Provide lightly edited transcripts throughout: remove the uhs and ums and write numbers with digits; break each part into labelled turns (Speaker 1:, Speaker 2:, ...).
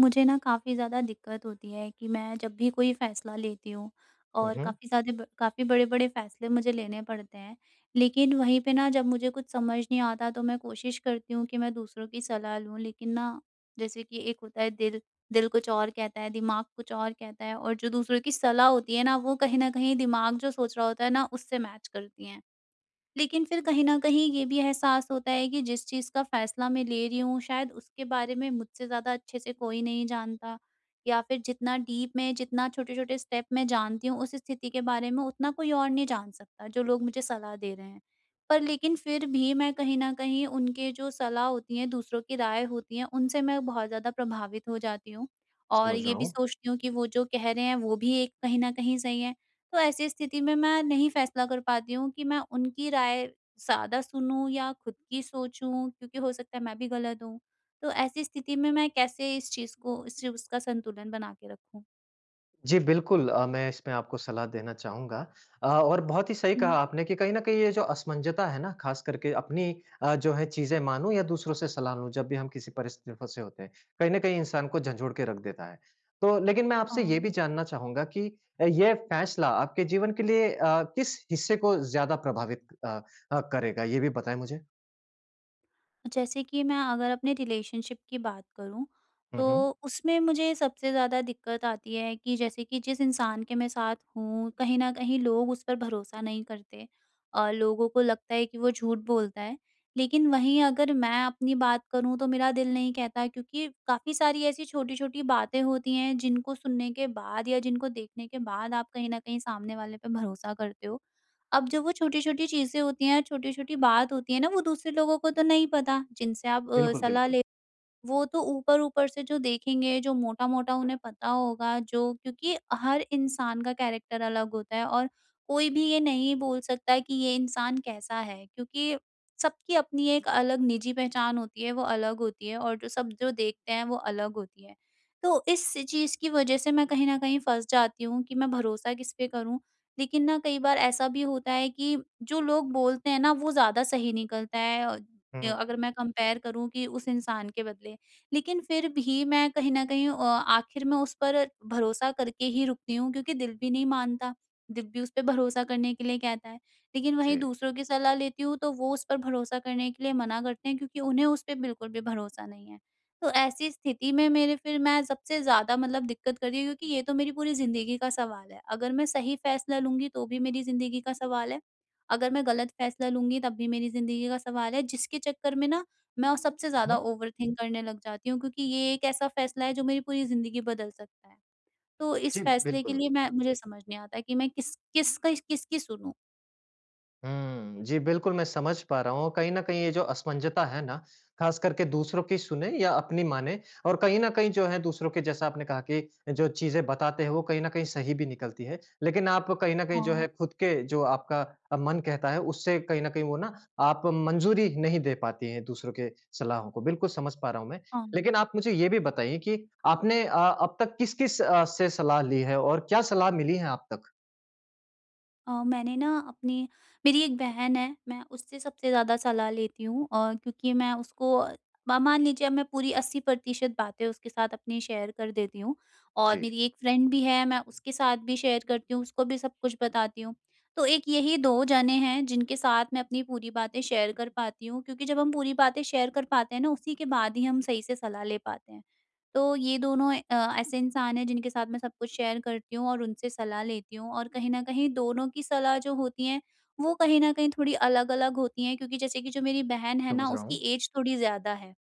Speaker 1: मुझे ना काफ़ी ज़्यादा दिक्कत होती है कि मैं जब भी कोई फ़ैसला लेती हूँ
Speaker 2: हुँ,
Speaker 1: और
Speaker 2: हुँ।
Speaker 1: काफ़ी ज़्यादा ब काफ़ी बड़े-बड़े फ़ैसले मुझे लेने पड़ते हैं। लेकिन वहीं पे ना जब मुझे कुछ समझ नहीं आता तो मैं कोशिश करती हूँ कि मैं दूसरों की सलाह लूँ। लेकिन ना जैसे कि एक होता है दिल, दिल कुछ और कहता है, दिमाग कुछ और कहता है और जो दूसरों की सलाह होती है ना वो कहीं न कहीं दिमाग जो सोच रहा होता है ना उससे मैच करती हैं। लेकिन फिर कहीं न कहीं ये भी एहसास होता है कि जिस चीज़ का फ़ैसला मैं ले रही हूँ शायद उसके बारे में मुझसे ज़्यादा अच्छे से कोई नहीं जानता या फिर जितना डीप में, जितना छोटे-छोटे स्टेप मैं जानती हूँ, उस स्थिति के बारे में उतना कोई और नहीं जान सकता जो लोग मुझे सलाह दे रहे हैं। पर लेकिन फिर भी मैं कहीं न कहीं उनके जो सलाह होती है, दूसरों की राय होती है, उनसे मैं बहुत ज़्यादा प्रभावित हो जाती हूँ और
Speaker 2: समझ रहा
Speaker 1: ये भी
Speaker 2: हूँ।
Speaker 1: सोचती हूँ कि वो जो कह रहे हैं वो भी एक कहीं न कहीं सही है। तो ऐसी स्थिति में मैं नहीं फैसला कर पाती हूँ कि मैं उनकी राय ज़्यादा सुनूँ या खुद की सोचूँ क्योंकि हो सकता है मैं भी गलत हूँ। तो ऐसी स्थिति में मैं कैसे इस चीज़ को इस चीज़ उसका संतुलन बना के रखूँ?
Speaker 2: जी, बिल्कुल मैं इसमें आपको सलाह देना चाहूँगा। और बहुत ही सही कहा
Speaker 1: हुँ।
Speaker 2: आपने कि कहीं न कहीं ये जो असमंजता है ना, ख़ास करके अपनी जो है चीज़ें मानो या दूसरों से सलाह लूँ, जब भी हम किसी परिस्थिति में फँसे होते हैं, कहीं न कहीं इंसान को झंझोड़ के रख देता है। तो लेकिन मैं आपसे ये
Speaker 1: हाँ।
Speaker 2: भी जानना चाहूँगा कि ये फैसला आपके जीवन के लिए किस हिस्से को ज़्यादा प्रभावित करेगा? ये भी बताएँ मुझे।
Speaker 1: जैसे कि मैं अगर अपने रिलेशनशिप की बात करूँ,
Speaker 2: हुँ, हुँ।
Speaker 1: तो उसमें मुझे सबसे ज़्यादा दिक्कत आती है कि जैसे कि जिस इंसान के मैं साथ हूँ, कहीं न कहीं लोग उस पर भरोसा नहीं करते। लोगों को लगता है कि वो झूठ बोलता है। लेकिन वहीं अगर मैं अपनी बात करूँ तो मेरा दिल नहीं कहता क्योंकि काफ़ी सारी ऐसी छोटी-छोटी बातें होती हैं जिनको सुनने के बाद या जिनको देखने के बाद आप कहीं न कहीं सामने वाले पे भरोसा करते हो। अब जब वो छोटी-छोटी चीज़ें होती हैं, छोटी-छोटी बात होती है ना, वो दूसरे लोगों को तो नहीं पता, जिनसे आप
Speaker 2: बिल्कुल,
Speaker 1: सलाह
Speaker 2: बिल्कुल।
Speaker 1: ले वो तो ऊपर-ऊपर से जो देखेंगे, जो मोटा-मोटा उन्हें पता होगा, जो क्योंकि हर इंसान का कैरेक्टर अलग होता है और कोई भी ये नहीं बोल सकता कि ये इंसान कैसा है, क्योंकि सबकी अपनी एक अलग निजी पहचान होती है, वो अलग होती है और जो सब जो देखते हैं, वो अलग होती है। तो इस चीज़ की वजह से मैं कहीं न कहीं फँस जाती हूँ कि मैं भरोसा किस पे करूँ। लेकिन ना कई बार ऐसा भी होता है कि जो लोग बोलते हैं ना, वो ज़्यादा सही निकलता है
Speaker 2: हुँ।
Speaker 1: अगर मैं कंपेयर करूँ कि उस इंसान के बदले। लेकिन फिर भी मैं कहीं न कहीं आखिर में उस पर भरोसा करके ही रुकती हूँ क्योंकि दिल भी नहीं मानता। दिल भी उस पे भरोसा करने के लिए कहता है। लेकिन वहीं
Speaker 2: जी।
Speaker 1: दूसरों की सलाह लेती हूँ तो वो उस पर भरोसा करने के लिए मना करते हैं क्योंकि उन्हें उस पे बिल्कुल भी भरोसा नहीं है। तो ऐसी स्थिति में मेरे फिर मैं सबसे ज़्यादा मतलब दिक्कत करती है क्योंकि ये तो मेरी पूरी ज़िंदगी का सवाल है। अगर मैं सही फ़ैसला लूँगी तो भी मेरी ज़िंदगी का सवाल है। अगर मैं गलत फ़ैसला लूँगी तब भी मेरी ज़िंदगी का सवाल है जिसके चक्कर में ना मैं और सबसे
Speaker 2: हुँ,
Speaker 1: ज़्यादा
Speaker 2: हुँ।
Speaker 1: ओवरथिंक करने लग जाती हूँ क्योंकि ये एक ऐसा फैसला है जो मेरी पूरी ज़िंदगी बदल सकता है। तो इस
Speaker 2: जी,
Speaker 1: फैसले के
Speaker 2: बिल्कुल।
Speaker 1: लिए मैं मुझे समझ नहीं आता कि मैं किसकी सुनूँ?
Speaker 2: हुँ। जी, बिल्कुल मैं समझ पा रहा हूँ। कहीं न कहीं ये जो असमंजता है ना, ख़ास करके दूसरों की सुने या अपनी माने और कहीं न कहीं जो है दूसरों के जैसा आपने कहा कि जो चीज़ें बताते हैं वो कहीं न कहीं सही भी निकलती है। लेकिन आप कहीं न कहीं जो
Speaker 1: हाँ,
Speaker 2: है खुद के जो आपका मन कहता है उससे कहीं न कहीं वो ना आप मंज़ूरी नहीं दे पाती हैं दूसरों के सलाहों को। बिल्कुल समझ पा रहा हूँ मैं।
Speaker 1: हाँ।
Speaker 2: लेकिन आप मुझे ये भी बताइए कि आपने अब तक किस-किस से सलाह ली है और क्या सलाह मिली है आप तक?
Speaker 1: अ, मैंने ना अपनी मेरी एक बहन है, मैं उससे सबसे ज़्यादा सलाह लेती हूँ और क्योंकि मैं उसको म मान लीजिए अब मैं पूरी 80% बातें उसके साथ अपनी शेयर कर देती हूँ और
Speaker 2: जी,
Speaker 1: मेरी एक फ्रेंड भी है, मैं उसके साथ भी शेयर करती हूँ, उसको भी सब कुछ बताती हूँ। तो एक यही 2 जने हैं जिनके साथ मैं अपनी पूरी बातें शेयर कर पाती हूँ क्योंकि जब हम पूरी बातें शेयर कर पाते हैं ना, उसी के बाद ही हम सही से सलाह ले पाते हैं। तो ये दोनों ऐसे इंसान हैं जिनके साथ मैं सब कुछ शेयर करती हूँ और उनसे सलाह लेती हूँ और कहीं न कहीं दोनों की सलाह जो होती है, वो कहीं न कहीं थोड़ी अलग-अलग होती हैं क्योंकि जैसे कि जो मेरी बहन है ना
Speaker 2: समझ रहा
Speaker 1: उसकी
Speaker 2: हूँ।
Speaker 1: एज थोड़ी ज़्यादा है।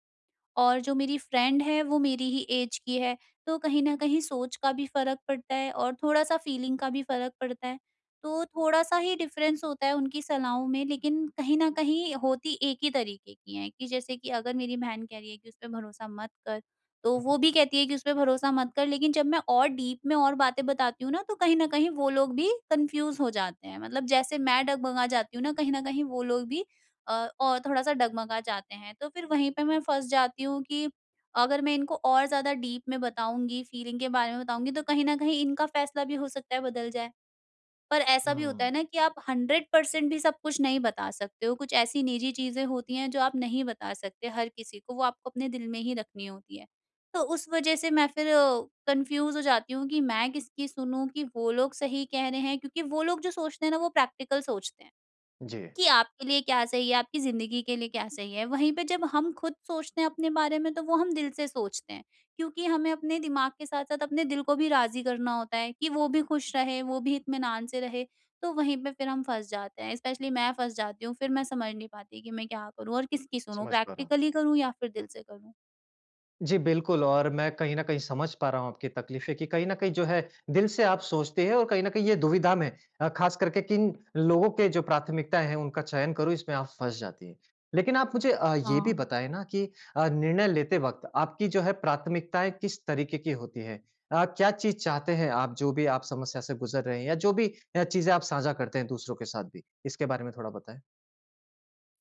Speaker 1: और जो मेरी फ्रेंड है वो मेरी ही ऐज की है, तो कहीं न कहीं सोच का भी फ़र्क पड़ता है और थोड़ा-सा फ़ीलिंग का भी फ़र्क पड़ता है। तो थोड़ा-सा ही डिफ़रेंस होता है उनकी सलाहों में लेकिन कहीं न कहीं होती एक ही तरीके की हैं कि जैसे कि अगर मेरी बहन कह रही है कि उस पे भरोसा मत कर, तो वो भी कहती है कि उस पे भरोसा मत कर लेकिन जब मैं और डीप में और बातें बताती हूँ ना, तो कहीं न कहीं वो लोग भी कन्फ्यूज़ हो जाते हैं। मतलब जैसे मैं डगमगा जाती हूँ ना, कहीं न कहीं वो लोग भी और थोड़ा-सा डगमगा जाते हैं। तो फिर वहीं पे मैं फँस जाती हूँ कि अगर मैं इनको और ज़्यादा डीप में बताऊँगी, फीलिंग के बारे में बताऊँगी तो कहीं न कहीं इनका फ़ैसला भी हो सकता है बदल जाए। पर ऐसा
Speaker 2: हुँ,
Speaker 1: भी होता
Speaker 2: हुँ।
Speaker 1: है ना कि आप 100% भी सब कुछ नहीं बता सकते हो। कुछ ऐसी निजी चीज़ें होती हैं जो आप नहीं बता सकते हर किसी को, वो आपको अपने दिल में ही रखनी होती है। तो उस वज़ह से मैं फिर कन्फ्यूज़ हो जाती हूँ कि मैं किसकी सुनूँ कि वो लोग सही कह रहे हैं क्योंकि वो लोग जो सोचते हैं ना वो प्रैक्टिकल सोचते हैं।
Speaker 2: जी,
Speaker 1: कि आपके लिए क्या सही है, आपकी ज़िंदगी के लिए क्या सही है। वहीं पे जब हम खुद सोचते हैं अपने बारे में, तो वो हम दिल से सोचते हैं, क्योंकि हमें अपने दिमाग के साथ-साथ अपने दिल को भी राज़ी करना होता है कि वो भी खुश रहे, वो भी इत्मीनान से रहे। तो वहीं पे फिर हम फँस जाते हैं, स्पेशली मैं फँस जाती हूँ, फिर मैं समझ नहीं पाती कि मैं क्या करूँ और किसकी सुनूँ,
Speaker 2: समझ पा रहा हूँ।
Speaker 1: प्रैक्टिकली करूँ या फिर दिल से करूँ?
Speaker 2: जी, बिल्कुल और मैं कहीं न कहीं समझ पा रहा हूँ आपकी तकलीफ़ें कि कहीं न कहीं जो है दिल से आप सोचते हैं और कहीं न कहीं ये दुविधा में ख़ास करके किन लोगों के जो प्राथमिकताएँ हैं उनका चयन करूँ इसमें आप फँस जाती हैं। लेकिन आप मुझे ये भी
Speaker 1: हाँ।
Speaker 2: बताएँ ना कि निर्णय लेते वक़्त आपकी जो है प्राथमिकताएँ किस तरीके की होती हैं? क्या चीज़ चाहते हैं आप जो भी आप समस्या से गुज़र रहे हैं या जो भी चीज़ें आप साझा करते हैं दूसरों के साथ भी? इसके बारे में थोड़ा बताएँ।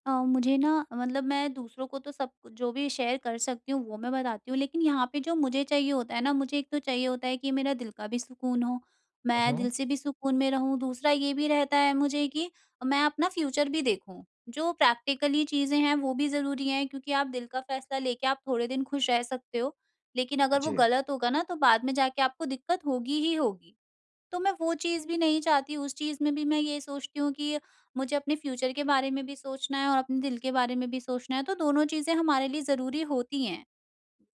Speaker 1: मुझे ना मतलब मैं दूसरों को तो सब कुछ जो भी शेयर कर सकती हूँ वो मैं बताती हूँ लेकिन यहाँ पे जो मुझे चाहिए होता है ना मुझे एक तो चाहिए होता है कि मेरा दिल का भी सुकून हो, मैं
Speaker 2: हुँ, हुँ।
Speaker 1: दिल से भी सुकून में रहूँ, दूसरा ये भी रहता है मुझे कि मैं अपना फ्यूचर भी देखूँ। जो प्रैक्टिकली चीज़ें हैं वो भी ज़रूरी हैं क्योंकि आप दिल का फैसला लेके आप थोड़े दिन खुश रह सकते हो लेकिन अगर वो
Speaker 2: जी,
Speaker 1: गलत होगा ना तो बाद में जाके आपको दिक्कत होगी ही होगी। तो मैं वो चीज़ भी नहीं चाहती, उस चीज़ में भी मैं ये सोचती हूँ कि मुझे अपने फ्यूचर के बारे में भी सोचना है और अपने दिल के बारे में भी सोचना है, तो दोनों चीज़ें हमारे लिए ज़रूरी होती हैं।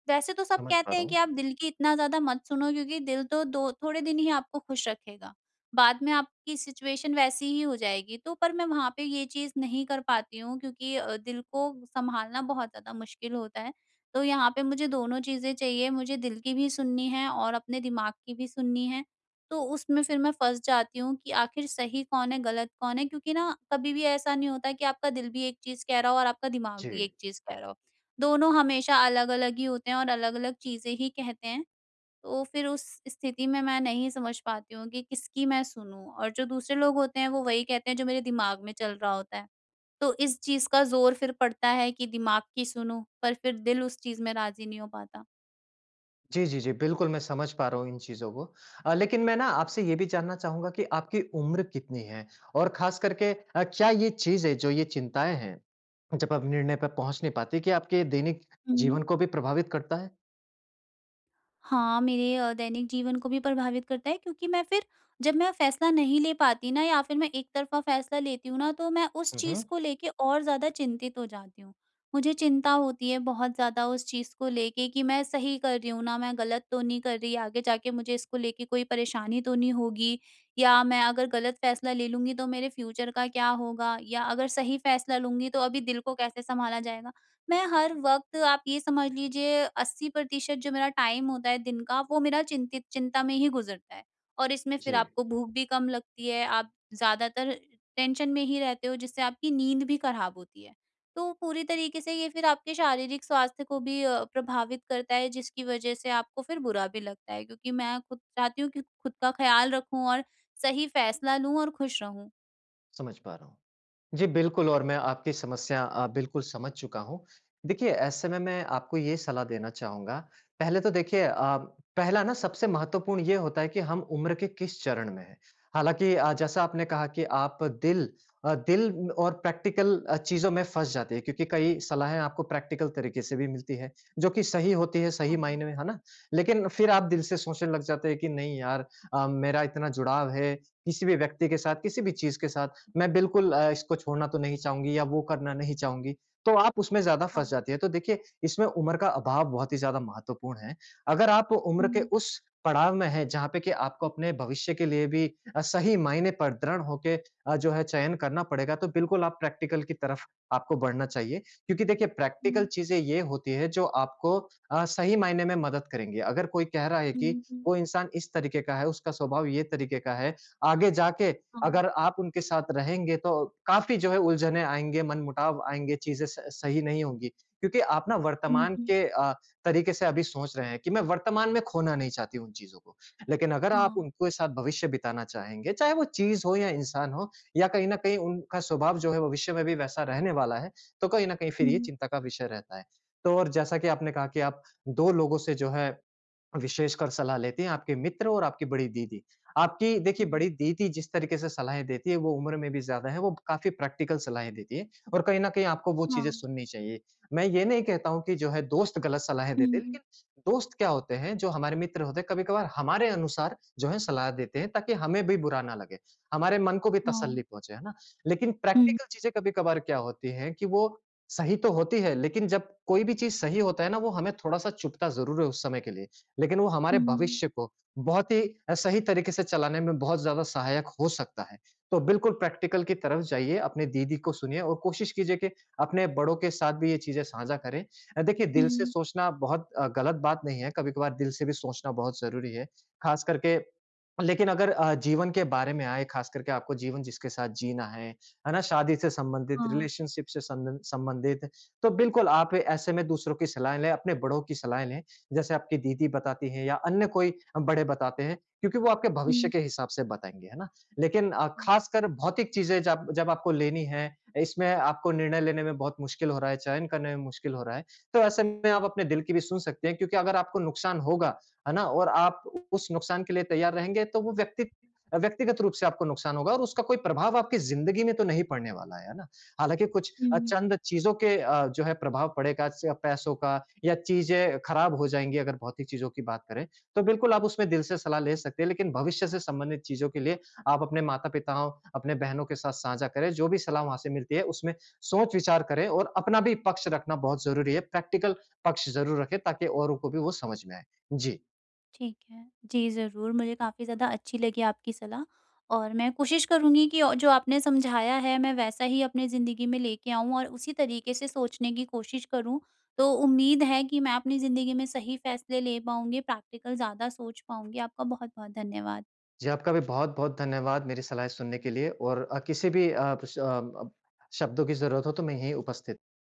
Speaker 1: वैसे तो सब
Speaker 2: समझ पा
Speaker 1: कहते
Speaker 2: रहा
Speaker 1: हैं कि
Speaker 2: हूँ।
Speaker 1: आप दिल की इतना ज़्यादा मत सुनो क्योंकि दिल तो दो थोड़े दिन ही आपको खुश रखेगा। बाद में आपकी सिचुएशन वैसी ही हो जाएगी। तो पर मैं वहाँ पे ये चीज़ नहीं कर पाती हूँ क्योंकि दिल को सँभालना बहुत ज़्यादा मुश्किल होता है। तो यहाँ पे मुझे दोनों चीज़ें चाहिए, मुझे दिल की भी सुननी है और अपने दिमाग की भी सुननी है। तो उसमें फिर मैं फँस जाती हूँ कि आखिर सही कौन है, गलत कौन है? क्योंकि ना कभी भी ऐसा नहीं होता कि आपका दिल भी एक चीज़ कह रहा हो और आपका दिमाग
Speaker 2: जी।
Speaker 1: भी एक चीज़ कह रहा हो। दोनों हमेशा अलग-अलग ही होते हैं और अलग-अलग चीज़ें ही कहते हैं। तो फिर उस स्थिति में मैं नहीं समझ पाती हूँ कि किसकी मैं सुनूँ और जो दूसरे लोग होते हैं वो वही कहते हैं जो मेरे दिमाग में चल रहा होता है। तो इस चीज़ का ज़ोर फिर पड़ता है कि दिमाग की सुनूँ पर फिर दिल उस चीज़ में राज़ी नहीं हो पाता।
Speaker 2: जी, जी, जी। बिल्कुल, मैं समझ पा रहा हूँ इन चीज़ों को। लेकिन मैं ना आपसे ये भी जानना चाहूँगा कि आपकी उम्र कितनी है? और ख़ास करके क्या ये चीज़ें जो ये चिंताएँ हैं, जब आप निर्णय पे पहुँच नहीं पाते, कि आपके दैनिक जीवन को भी प्रभावित करता है?
Speaker 1: हाँ, मेरे दैनिक जीवन को भी प्रभावित करता है क्योंकि मैं फिर जब मैं फ़ैसला नहीं ले पाती ना या फिर मैं एक तरफ़ा फ़ैसला लेती हूँ ना, तो मैं उस
Speaker 2: हुँ, हुँ।
Speaker 1: चीज़ को लेके और ज़्यादा चिंतित हो जाती हूँ। मुझे चिंता होती है बहुत ज़्यादा उस चीज़ को लेके कि मैं सही कर रही हूँ ना, मैं गलत तो नहीं कर रही, आगे जाके मुझे इसको लेके कोई परेशानी तो नहीं होगी या मैं अगर गलत फ़ैसला ले लूँगी तो मेरे फ्यूचर का क्या होगा या अगर सही फ़ैसला लूँगी तो अभी दिल को कैसे सँभाला जाएगा। मैं हर वक़्त आप ये समझ लीजिए 80% जो मेरा टाइम होता है दिन का वो मेरा चिंतित चिंता में ही गुज़रता है। और इसमें
Speaker 2: जी,
Speaker 1: फिर आपको भूख भी कम लगती है, आप ज़्यादातर टेंशन में ही रहते हो जिससे आपकी नींद भी ख़राब होती है। तो पूरी तरीके से ये फिर आपके शारीरिक स्वास्थ्य को भी प्रभावित करता है जिसकी वज़ह से आपको फिर बुरा भी लगता है क्योंकि मैं खुद चाहती हूँ कि खुद का ख़्याल रखूँ और सही फ़ैसला लूँ और खुश रहूँ।
Speaker 2: समझ पा रहा हूँ। जी, बिल्कुल और मैं आपकी समस्या बिल्कुल समझ चुका हूँ। देखिए, ऐसे में मैं आपको ये सलाह देना चाहूँगा, पहले तो देखिए पहला ना सबसे महत्वपूर्ण ये होता है कि हम उम्र के किस चरण में हैं। हालाँकि जैसा आपने कहा कि आप दिल और प्रैक्टिकल चीज़ों में फँस जाते हैं क्योंकि कई सलाहें आपको प्रैक्टिकल तरीके से भी मिलती है, जो कि सही होती है, सही
Speaker 1: हाँ,
Speaker 2: मायने में, है ना? लेकिन फिर आप दिल से सोचने लग जाते हैं कि नहीं यार मेरा इतना जुड़ाव है, किसी भी व्यक्ति के साथ, किसी भी चीज़ के साथ मैं बिल्कुल इसको छोड़ना तो नहीं चाहूँगी या वो करना नहीं चाहूँगी, तो आप उसमें ज़्यादा फँस
Speaker 1: हाँ।
Speaker 2: जाती है। तो देखिए, इसमें उम्र का अभाव बहुत ही ज़्यादा महत्वपूर्ण है। अगर आप उम्र के
Speaker 1: हुँ,
Speaker 2: उस पड़ाव में हैं, जहाँ पे कि आपको अपने भविष्य के लिए भी सही मायने पर दृढ़ होके जो है चयन करना पड़ेगा, तो बिल्कुल आप प्रैक्टिकल की तरफ आपको बढ़ना चाहिए। क्योंकि देखिए, प्रैक्टिकल
Speaker 1: हुँ,
Speaker 2: चीज़ें ये होती है जो आपको सही मायने में मदद करेंगी। अगर कोई कह रहा है कि
Speaker 1: हुँ, हुँ।
Speaker 2: वो इंसान इस तरीके का है, उसका स्वभाव ये तरीके का है, आगे जाके
Speaker 1: हाँ।
Speaker 2: अगर आप उनके साथ रहेंगे तो काफ़ी जो है उलझने आएँगे, मनमुटाव आएँगे, चीज़ें स सही नहीं होंगी। क्योंकि आप ना
Speaker 1: हुँ,
Speaker 2: वर्तमान
Speaker 1: हुँ।
Speaker 2: के तरीके से अभी सोच रहे हैं कि मैं वर्तमान में खोना नहीं चाहती उन चीज़ों को। लेकिन अगर आप
Speaker 1: हाँ।
Speaker 2: उनके साथ भविष्य बिताना चाहेंगे, चाहे वो चीज़ हो या इंसान हो या कहीं न कहीं उनका स्वभाव जो है भविष्य में भी वैसा रहने वाला है, तो कहीं न कहीं फिर ये
Speaker 1: हुँ,
Speaker 2: चिंता का विषय रहता है। तो और जैसा कि आपने कहा कि आप 2 लोगों से जो है विशेषकर सलाह लेती हैं आपके मित्र और आपकी बड़ी दीदी। आपकी देखिए
Speaker 1: हाँ,
Speaker 2: बड़ी दीदी जिस तरीके से सलाहें देती है वो उम्र में भी ज़्यादा है, वो काफ़ी प्रैक्टिकल सलाहें देती है और कहीं न कहीं आपको वो
Speaker 1: हाँ,
Speaker 2: चीज़ें सुननी चाहिए। मैं ये नहीं कहता हूँ कि जो है दोस्त गलत सलाहें देते हैं,
Speaker 1: हुँ,
Speaker 2: लेकिन दोस्त क्या होते हैं जो हमारे मित्र होते हैं कभी-कभार हमारे अनुसार जो है सलाह देते हैं ताकि हमें भी बुरा ना लगे, हमारे मन को भी
Speaker 1: हाँ,
Speaker 2: तसल्ली पहुँचे, है ना? लेकिन
Speaker 1: हुँ,
Speaker 2: प्रैक्टिकल चीज़ें कभी-कभार क्या होती हैं कि वो सही तो होती है लेकिन जब कोई भी चीज़ सही होता है ना वो हमें थोड़ा-सा चुभता ज़रूर है उस समय के लिए। लेकिन वो हमारे
Speaker 1: हुँ,
Speaker 2: भविष्य को बहुत ही सही तरीके से चलाने में बहुत ज़्यादा सहायक हो सकता है। तो बिल्कुल प्रैक्टिकल की तरफ जाइए, अपनी दीदी को सुनिए और कोशिश कीजिए कि अपने बड़ों के साथ भी ये चीज़ें साझा करें। देखिए दिल से
Speaker 1: हुँ,
Speaker 2: सोचना बहुत गलत बात नहीं है, कभी-कभार दिल से भी सोचना बहुत ज़रूरी है। ख़ास करके लेकिन अगर जीवन के बारे में आए, ख़ास करके आपको जीवन जिसके साथ जीना है ना? शादी से संबंधित,
Speaker 1: हाँ,
Speaker 2: रिलेशनशिप से संबंधित, तो बिल्कुल आप ऐसे में दूसरों की सलाहें लें, अपने बड़ों की सलाहें लें। जैसे आपकी दीदी बताती हैं या अन्य कोई बड़े बताते हैं क्योंकि वो आपके भविष्य
Speaker 1: हुँ,
Speaker 2: के हिसाब से बताएँगे, है ना? लेकिन
Speaker 1: हाँ,
Speaker 2: खासकर भौतिक चीज़ें जब जब आपको लेनी है, इसमें आपको निर्णय लेने में बहुत मुश्किल हो रहा है, चयन करने में मुश्किल हो रहा है, तो ऐसे में आप अपने दिल की भी सुन सकते हैं क्योंकि अगर आपको नुकसान होगा, है ना? और आप उस नुकसान के लिए तैयार रहेंगे तो वो व्यक्ति व्यक्तिगत रूप से आपको नुकसान होगा और उसका कोई प्रभाव आपकी ज़िंदगी में तो नहीं पड़ने वाला है ना? हालाँकि कुछ
Speaker 1: हुँ,
Speaker 2: चंद चीज़ों के जो है प्रभाव पड़ेगा च पैसों का या चीज़ें खराब हो जाएँगी अगर भौतिक चीज़ों की बात करें, तो बिल्कुल आप उसमें दिल से सलाह ले सकते हैं। लेकिन भविष्य से संबंधित चीज़ों के लिए आप अपने माता-पिताओं, अपने बहनों के साथ साझा करें, जो भी सलाह वहाँ से मिलती है उसमें सोच-विचार करें और अपना भी पक्ष रखना बहुत ज़रूरी है, प्रैक्टिकल पक्ष ज़रूर रखें ताकि औरों को भी वो समझ में आए। जी।
Speaker 1: ठीक है। जी, ज़रूर, मुझे काफ़ी ज़्यादा अच्छी लगी आपकी सलाह और मैं कोशिश करूँगी कि औ जो आपने समझाया है, मैं वैसा ही अपनी ज़िंदगी में लेके आऊँ और उसी तरीके से सोचने की कोशिश करूँ। तो उम्मीद है कि मैं अपनी ज़िंदगी में सही फैसले ले पाऊँगी, प्रैक्टिकल ज़्यादा सोच पाऊँगी। आपका बहुत-बहुत धन्यवाद।
Speaker 2: जी, आपका भी बहुत-बहुत धन्यवाद मेरी सलाहें सुनने के लिए और किसी भी शब्दों की ज़रूरत हो तो मैं यहीं उपस्थित